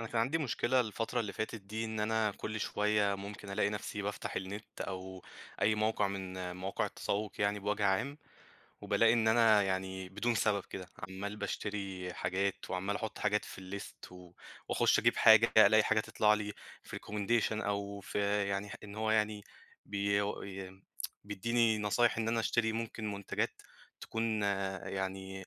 أنا كان عندي مشكلة الفترة اللي فاتت دي، إن أنا كل شوية ممكن ألاقي نفسي بافتح النت أو أي موقع من مواقع التسوق، يعني بوجه عام. وبلاقي إن أنا يعني بدون سبب كده عمال بشتري حاجات وعمال أحط حاجات في الليست، و- وأخش أجيب حاجة، ألاقي حاجة تطلع لي في ريكومنديشن أو في يعني إن هو يعني بي بيديني نصايح إن أنا أشتري ممكن منتجات تكون يعني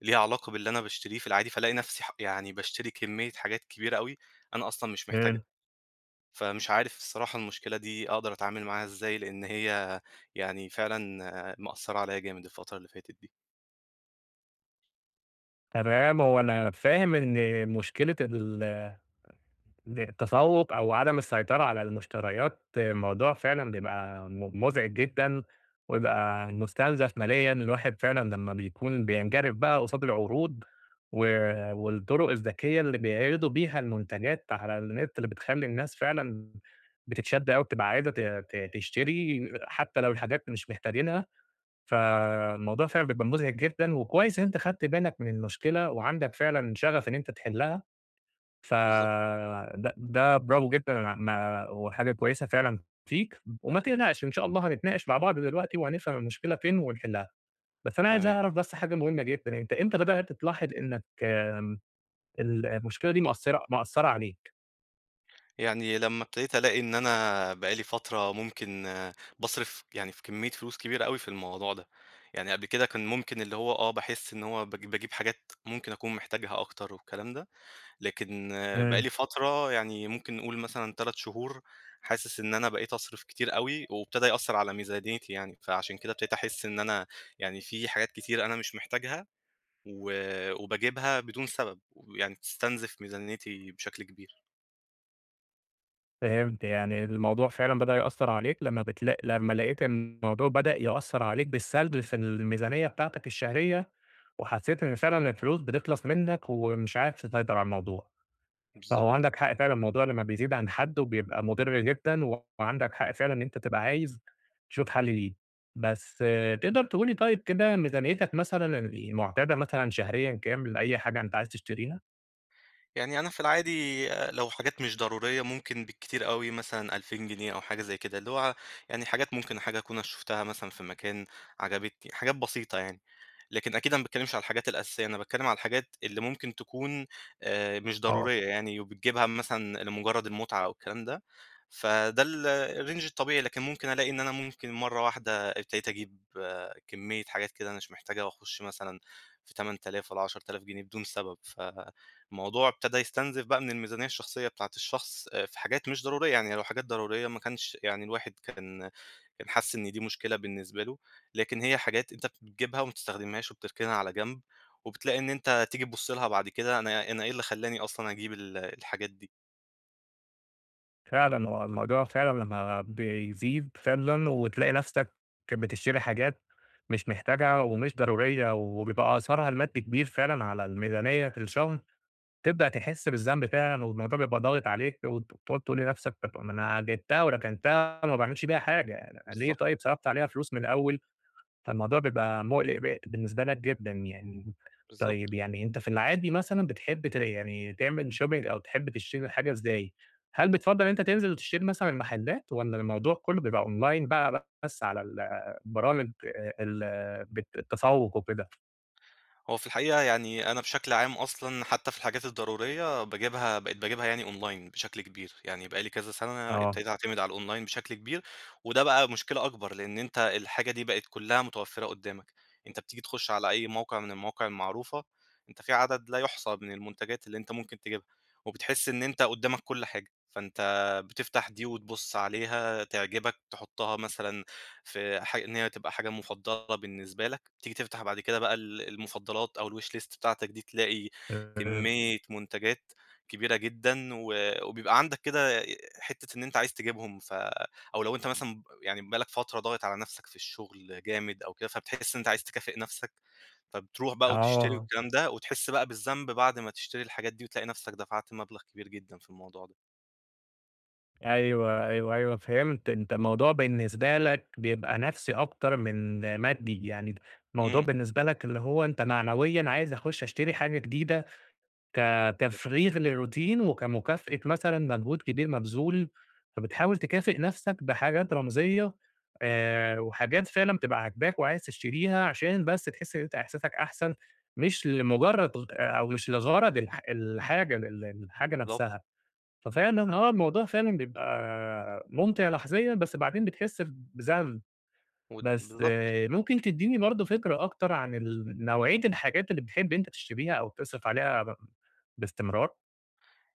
ليها علاقة باللي أنا باشتريه في العادي، فالاقي نفسي يعني باشتري كمية حاجات كبيرة أوي أنا أصلًا مش محتاجها. إمم، فمش عارف الصراحة المشكلة دي أقدر أتعامل معاها إزاي، لإن هي يعني فعلًا مأثّرة عليّا جامد الفترة اللي فاتت دي. تمام. هو أنا فاهم إن مشكلة ال ال التسوّق أو عدم السيطرة على المشتريات موضوع فعلًا بيبقى مُزعِج جدًا، ويبقى مُستنزف ماليًا. الواحد فعلًا لمّا بيكون بينجرف بقى قصاد العروض و والطرق الذكية اللي بيعرضوا بيها المنتجات على النت، اللي بتخلّي الناس فعلًا بتتشد أوي، بتبقى عايزة ت ت تشتري حتى لو الحاجات مش محتاجينها. فالموضوع فعلًا بيبقى مُزعج جدًا، وكويس إن أنت خدت بالك من المشكلة وعندك فعلًا شغف إن أنت تحلّها. ف بالضبط. د ده برافو جدًا ما وحاجة كويسة فعلًا فيك، وما تقلقش إن شاء الله هنتناقش مع بعض دلوقتي وهنفهم المشكلة فين ونحلّها. بس أنا عايز تمام. أعرف بس حاجة مهمة جدًا، أنت إمتى بدأت تلاحظ إنك المشكلة دي مأثّرة عليك؟ يعني لمّا ابتديت ألاقي إن أنا بقى لي فترة ممكن باصرف يعني في كمية فلوس كبيرة أوي في الموضوع ده. يعني قبل كده كان ممكن اللي هو باحس إن هو باجيب حاجات ممكن أكون محتاجها أكتر والكلام ده. لكن آآ بقى لي فترة، يعني ممكن نقول مثلًا 3 شهور، حاسس إن أنا بقيت أصرف كتير أوي، وابتدى يأثّر على ميزانيتي يعني. فعشان كده ابتديت أحس إن أنا يعني في حاجات كتير أنا مش محتاجها، و وباجيبها بدون سبب، ويعني بتستنزف ميزانيتي بشكل كبير. فهمت. يعني الموضوع فعلًا بدأ يأثّر عليك لمّا لقيت إن الموضوع بدأ يأثّر عليك بالسلب في الميزانية بتاعتك الشهرية، وحسيت إن فعلًا الفلوس بتخلص منك ومش عارف تسيطر على الموضوع. فهو بالضبط. عندك حق فعلًا الموضوع لمّا بيزيد عن حدّه بيبقى مُضِر جدًا، وعندك حق فعلًا إن أنت تبقى عايز تشوف حل ليه. بس تقدر تقول لي طيب كده ميزانيتك مثلًا المعتادة مثلًا شهريًا كام لأي حاجة أنت عايز تشتريها؟ يعني أنا في العادي لو حاجات مش ضرورية ممكن بالكتير أوي مثلًا 2000 جنيه أو حاجة زي كده، اللي هو يعني حاجات ممكن حاجة أكون أنا شُفتها مثلًا في مكان عجبتني، حاجات بسيطة يعني. لكن أكيد أنا ما باتكلّمش على الحاجات الأساسية، أنا باتكلّم على الحاجات اللي ممكن تكون مش آه. ضرورية يعني، وبتجيبها مثلًا لمجرّد المتعة أو الكلام ده. فده الrange الطبيعي. لكن ممكن ألاقي إن أنا ممكن مرّة واحدة ابتديت أجيب كمّية حاجات كده أنا مش محتاجها، وأخُش مثلًا في 8000 والّا 10000 جنيه بدون سبب. الموضوع ابتدى يستنزف بقى من الميزانية الشخصية بتاعة الشخص، في حاجات مش ضرورية. يعني لو حاجات ضرورية ما كانش يعني الواحد كان حَس إن دي مشكلة بالنسبة له. لكن هي حاجات أنت بتجيبها وما بتستخدمهاش وبتركنها على جنب، وبتلاقي إن أنت تيجي تبُص لها بعد كده: أنا إيه اللي خلّاني أصلًا أجيب الحاجات دي. فعلًا هو الموضوع فعلًا لمّا بيزيد فعلًا وتلاقي نفسك بتشتري حاجات مش محتاجها ومش ضرورية وبيبقى أثرها المادي كبير فعلًا على الميزانية في الشهر، تبدأ تحس بالذنب فعلًا والموضوع بيبقى ضاغط عليك وتقعد تقول لنفسك طب ما أنا جبتها وركنتها وما باعملش بيها حاجة. يعني ليه بالضبط، طيب صرفت عليها فلوس من الأول؟ فالموضوع بيبقى مُقلِق بالنسبة لك جدًا يعني. بالضبط. طيب يعني أنت في العادي مثلًا بتحب يعني تعمل shopping أو تحب تشتري الحاجة إزاي؟ هل بتفضّل إن أنت تنزل وتشتري مثلًا المحلات والّا الموضوع كُلّه بيبقى online بقى بس على برامج ال بت التسوُّق وكده؟ هو في الحقيقة يعني أنا بشكل عام أصلًا حتى في الحاجات الضرورية باجيبها، بقيت باجيبها يعني أونلاين بشكل كبير. يعني بقى لي كذا سنة آه. ابتديت أعتمد على الأونلاين بشكل كبير. وده بقى مشكلة أكبر لإن أنت الحاجة دي بقت كلها متوفرة قدامك. أنت بتيجي تخش على أي موقع من المواقع المعروفة، أنت في عدد لا يُحصى من المنتجات اللي أنت ممكن تجيبها، وبتحس إن أنت قدامك كل حاجة. فأنت بتفتح دي وتبُص عليها تعجبك تحطها مثلًا في إن هي تبقى حاجة مفضلة بالنسبة لك. تيجي تفتح بعد كده بقى المفضلات أو الwish list بتاعتك دي، تلاقي آآ كمية منتجات كبيرة جدًا. وبيبقى عندك كده حتة إن أنت عايز تجيبهم. أو لو أنت مثلًا يعني بقى لك فترة ضاغط على نفسك في الشغل جامد أو كده، فبتحس إن أنت عايز تكافئ نفسك. فبتروح بقى وتشتري آه. والكلام ده، وتحس بقى بالذنب بعد ما تشتري الحاجات دي، وتلاقي نفسك دفعت مبلغ كبير جدًا في الموضوع ده. أيوه، أيوه، أيوه، فهمت. أنت الموضوع بالنسبة لك بيبقى نَفْسي أكتر من مادّي. يعني الموضوع إمم، بالنسبة لك اللي هو أنت معنويًا عايز أخُش أشتري حاجة جديدة كتفريغ للروتين وكمكافأة مثلًا مجهود كبير مبذول، فبتحاول تكافئ نفسك بحاجات رمزية وحاجات فعلًا بتبقى عاجباك وعايز تشتريها عشان بس تحس إن أنت إحساسك أحسن، مش لمجرد أو مش لغرض الحاجة بالضبط، نفسها. ففعلًا الموضوع فعلًا بيبقى ممتع لحظيًا، بس بعدين بتحس بذنب. بس بالضبط. ممكن تديني برضه فكرة أكتر عن نوعية الحاجات اللي بتحب أنت تشتريها أو بتصرف عليها باستمرار؟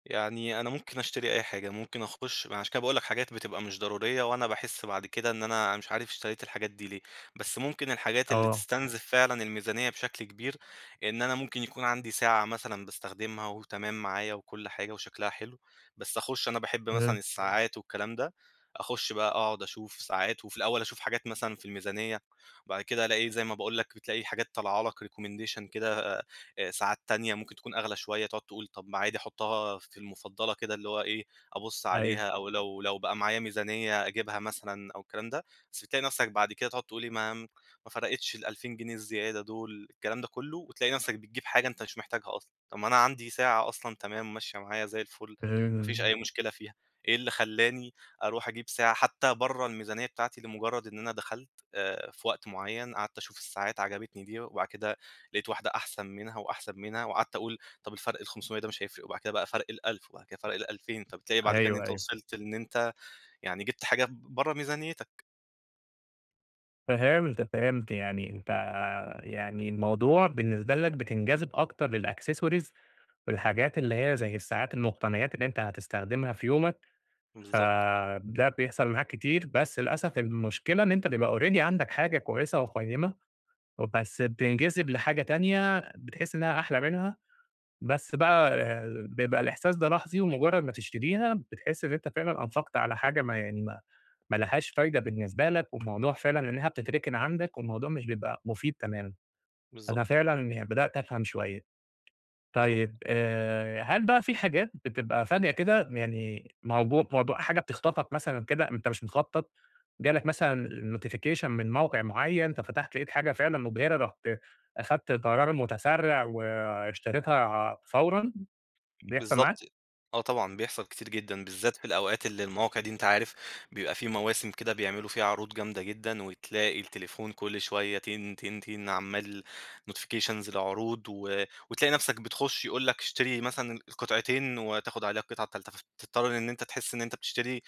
يعني أنا ممكن أشتري أي حاجة، ممكن أخُش ما عشان كده باقول لك حاجات بتبقى مش ضرورية، وأنا باحس بعد كده إن أنا مش عارف اشتريت الحاجات دي ليه. بس ممكن الحاجات اللي آه، تستنزف فعلًا الميزانية بشكل كبير، إن أنا ممكن يكون عندي ساعة مثلًا باستخدمها وتمام معايا وكل حاجة وشكلها حلو، بس أخُش أنا باحب مثلًا فهمت، الساعات والكلام ده. أخُش بقى أقعد أشوف ساعات، وفي الأول أشوف حاجات مثلًا في الميزانية، وبعد كده ألاقي زي ما باقول لك بتلاقي حاجات طالعة لك recommendation كده، ساعات تانية ممكن تكون أغلى شوية، تقعد تقول طب ما عادي أحطها في المُفضّلة كده اللي هو إيه، أبُص أيوه، عليها، أو لو بقى معايا ميزانية أجيبها مثلًا أو الكلام ده. بس بتلاقي نَفْسك بعد كده تقعد تقول إيه، ما فرقتش ال2000 جنيه الزيادة دول، الكلام ده كُلّه، وتلاقي نَفْسك بتجيب حاجة أنت مش محتاجها أصلًا. طب ما أنا عندي ساعة أصلًا تمام ماشية معايا زي الفُل، ما فيش فهمت، أي مشكلة فيها. إيه اللي خلّاني أروح أجيب ساعة حتى برّه الميزانية بتاعتي لمُجرّد إن أنا دخلت في وقت معيّن قعدت أشوف الساعات، عجبتني دي وبعد كده لقيت واحدة أحسن منها، وأحسن منها، وقعدت أقول طب الفرق ال500 ده مش هيفرق، وبعد كده بقى فرق ال1000، وبعد كده فرق ال2000. فبتلاقي بعد كده إن أيوه، أنت أيوه، وصلت إن أنت يعني جِبت حاجة برّه ميزانيتك. فهمت، فهمت. يعني أنت يعني الموضوع بالنسبة لك بتنجذب أكتر للaccessories والحاجات اللي هي زي الساعات المقتنيات اللي أنت هتستخدمها في يومك. بالضبط، فده بيحصل معاك كتير، بس للأسف المشكلة إن أنت بيبقى already عندك حاجة كويسة وقيمة، وبس بتنجذب لحاجة تانية بتحس إنها أحلى منها. بس بقى بيبقى الإحساس ده لحظي، ومجرد ما تشتريها بتحس إن أنت فعلًا أنفقت على حاجة ما يعني ما لهاش فايدة بالنسبة لك، والموضوع فعلًا إنها بتتركن عندك والموضوع مش بيبقى مفيد تمامًا. أنا بالضبط، فعلًا بدأت أفهم شوية. طيب بالضبط. هل بقى في حاجات بتبقى فجأة كده يعني موضوع حاجة بتخطفك مثلًا كده أنت مش مخطط، جالك مثلًا notification من موقع معين، ففتحت لقيت حاجة فعلًا مبهرة، رُحت أخدت قرار متسرع واشتريتها فورًا. بيحصل بالضبط. معاك؟ آه طبعًا، بيحصل كتير جدًا، بالذات في الأوقات اللي المواقع دي أنت عارف بيبقى في مواسم كده بيعملوا فيها عروض جامدة جدًا، وتلاقي التليفون كل شوية تين، تين، تين، عمّال notifications لعروض، وتلاقي نفسك بتخش يقول لك اشتري مثلًا القطعتين وتاخد عليها القطعة التالتة. فتضطر إن أنت تحس إن أنت بتشتري،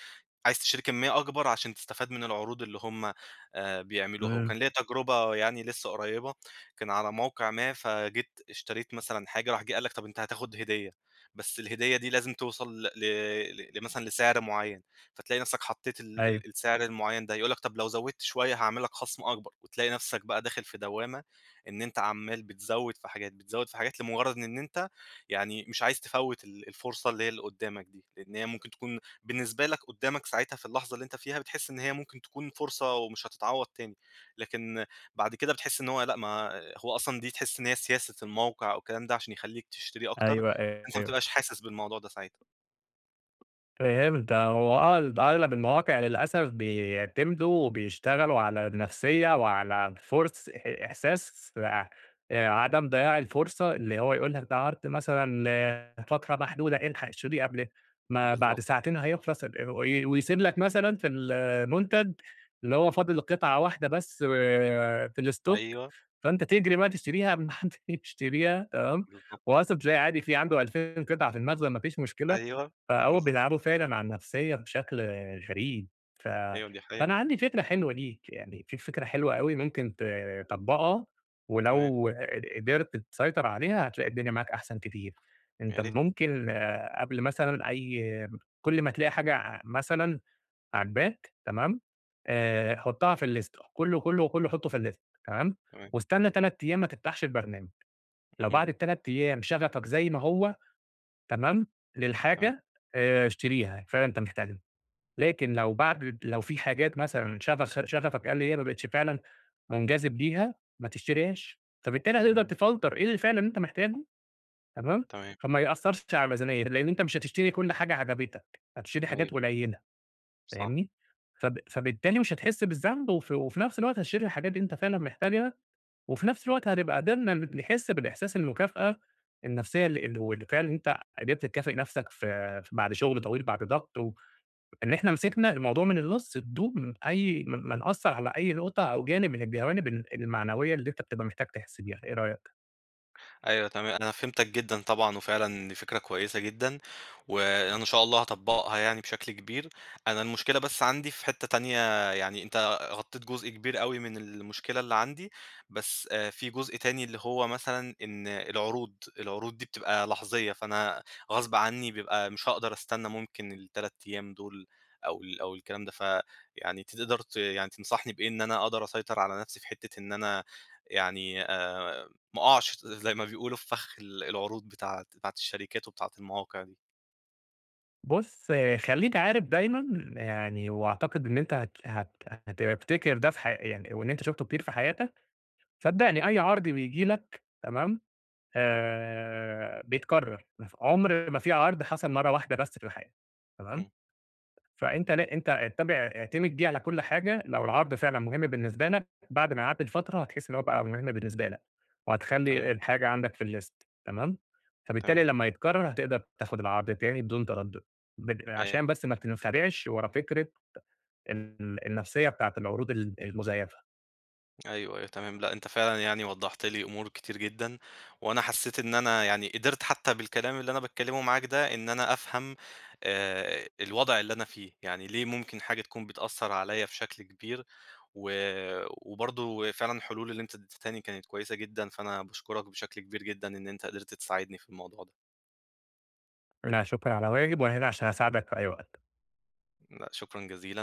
عايز تشتري كمية أكبر عشان تستفاد من العروض اللي هم بيعملوها. إمم، وكان ليّا تجربة يعني لسه قريبة، كان على موقع ما، فجيت اشتريت مثلًا حاجة، راح جه قال لك طب أنت هتاخد هدية. بس الهدية دي لازم توصل ل مثلًا لسعر معيّن. فتلاقي نفْسك حطّيت ال أيوه، ال السعر المعيّن ده، يقول لك طب لو زوّدت شوية هاعمل لك خصم أكبر، وتلاقي نفْسك بقى داخل في دوّامة، إن أنت عمّال بتزوّد في حاجات، بتزوّد في حاجات لمجرد إن أنت يعني مش عايز تفوّت الفرصة اللي هي اللي قدّامك دي، لإن هي ممكن تكون بالنسبة لك قدّامك ساعتها في اللحظة اللي أنت فيها بتحس إن هي ممكن تكون فرصة ومش هتتعوّض تاني. لكن بعد كده بتحس إن هو لأ، ما هو أصلًا دي تحس إن هي سياسة الموقع أو الكلام ده عشان يخلّيك تشتري أكتر. أيوه، أنت ما أيوه. بتبقاش حاسس بالموضوع ده ساعتها. فهمت. هو أغلب المواقع للأسف بيعتمدوا وبيشتغلوا على النفسية وعلى فرص إحساس عدم ضياع الفرصة، اللي هو يقول لك ده عرض مثلًا لفترة محدودة الحق اشتريه قبل ما بعد بالضبط، ساعتين هيخلص ال وي ويسيب لك مثلًا في المنتج اللي هو فاضل قطعة واحدة بس في الstock. أيوه، فأنت تجري بقى تشتريها قبل ما حد يشتريها تمام، بالضبط، وأصلًا تلاقي عادي في عنده 2000 قطعة في المخزن ما فيش مشكلة. أيوه، فهو بالضبط، بيلعبوا فعلًا على النفسية بشكل غريب. ف أيوه دي حقيقة. فأنا عندي فكرة حلوة ليك، يعني في فكرة حلوة أوي ممكن تطبّقها، تمام، ولو قدرت تسيطر عليها هتلاقي الدنيا معاك أحسن كتير. أنت يا ريت، ممكن قبل مثلًا أي كل ما تلاقي حاجة مثلًا عاجباك تمام، حُطّها في الlist، كُلّه، كُلّه، كُلّه حُطّه في الlist تمام، تمام، واستنى 3 أيام ما تفتحش البرنامج. لو اهم، بعد ال3 أيام شغفك زي ما هو تمام، تمام، للحاجة اشتريها، فعلًا أنت محتاجها. لكن لو بعد لو في حاجات مثلًا شغفك قال لي هي ما بقتش فعلًا منجذب ليها، ما تشتريهاش، فبالتالي هتقدر اهم، تفلتر إيه اللي فعلًا أنت محتاجه تمام، تمام، فما يأثرش على الميزانية، لأن أنت مش هتشتري كل حاجة عجبتك، هتشتري حاجات أيوه، قليلة صح. فاهمني. فبالتالي مش هتحس بالذنب، وفي نفس الوقت هتشتري الحاجات اللي أنت فعلًا محتاجها وفي نفس الوقت هنبقى قدرنا نحس بالإحساس المكافأة النفسية اللي هو اللي فعلًا أنت قدرت تكافئ نفسك في بعد شغل طويل، بعد ضغط و إن إحنا مسكنا الموضوع من النُص بدون من أي ما نأثّر على أي نقطة أو جانب من الجوانب المعنوية اللي أنت بتبقى محتاج تحس بيها، إيه رأيك؟ أيوه تمام، أنا فهمتك جدًا طبعًا، وفعلًا دي فكرة كويسة جدًا، وأنا إن شاء الله هاطبّقها يعني بشكل كبير. أنا المشكلة بس عندي في حتّة تانية، يعني أنت غطّيت جزء كبير أوي من المشكلة اللي عندي. بس في جزء تاني اللي هو مثلًا إن العروض، العروض دي بتبقى لحظية. فأنا غصب عنّي بيبقى مش هاقدر أستنى ممكن ال3 أيام دول، أو الكلام ده. فيعني تقدر يعني تنصحني بإيه إن أنا أقدر أسيطر على نَفْسي في حتّة إن أنا يعني ما أقعش زي ما بيقولوا في فخ العروض بتاعة الشركات وبتاعة المواقع دي. بُص. خلّيك عارف دايمًا يعني وأعتقد إن أنت هت هت هتفتكر ده في يعني وإن أنت شُفته كتير في حياتك. صدّقني أي عرض بييجي لك تمام؟ بيتكرر. عُمر ما في عرض حصل مرّة واحدة بس في الحياة، تمام؟ إمم، فأنت لأ أنت اتّبع اعتمد دي على كل حاجة، لو العرض فعلًا مهم بالنسبة لك بعد ما يعدّي الفترة هتحس إن هو بقى مهم بالنسبة لك، وهتخلّي تمام، الحاجة عندك في الlist تمام؟ فبالتالي تمام. لمّا يتكرر هتقدر تاخد العرض تاني بدون تردد. أي، عشان بس ما تنخدعش ورا فكرة النفسية بتاعة العروض المزيفة. أيوه، أيوه تمام. لأ، أنت فعلًا يعني وضّحت لي أمور كتير جدًا، وأنا حسّيت إن أنا يعني قدرت حتى بالكلام اللي أنا باتكلّمه معاك ده إن أنا أفهم الوضع اللي أنا فيه، يعني ليه ممكن حاجة تكون بتأثّر عليّا بشكل كبير. و وبرضه فعلًا الحلول اللي أنت ادّيتها لي كانت كويسة جدًا، فأنا باشكرك بشكل كبير جدًا إن أنت قدرت تساعدني في الموضوع ده. أنا شكرًا على واجب، وأنا هنا عشان أساعدك في أي وقت. لأ، شكرًا جزيلًا.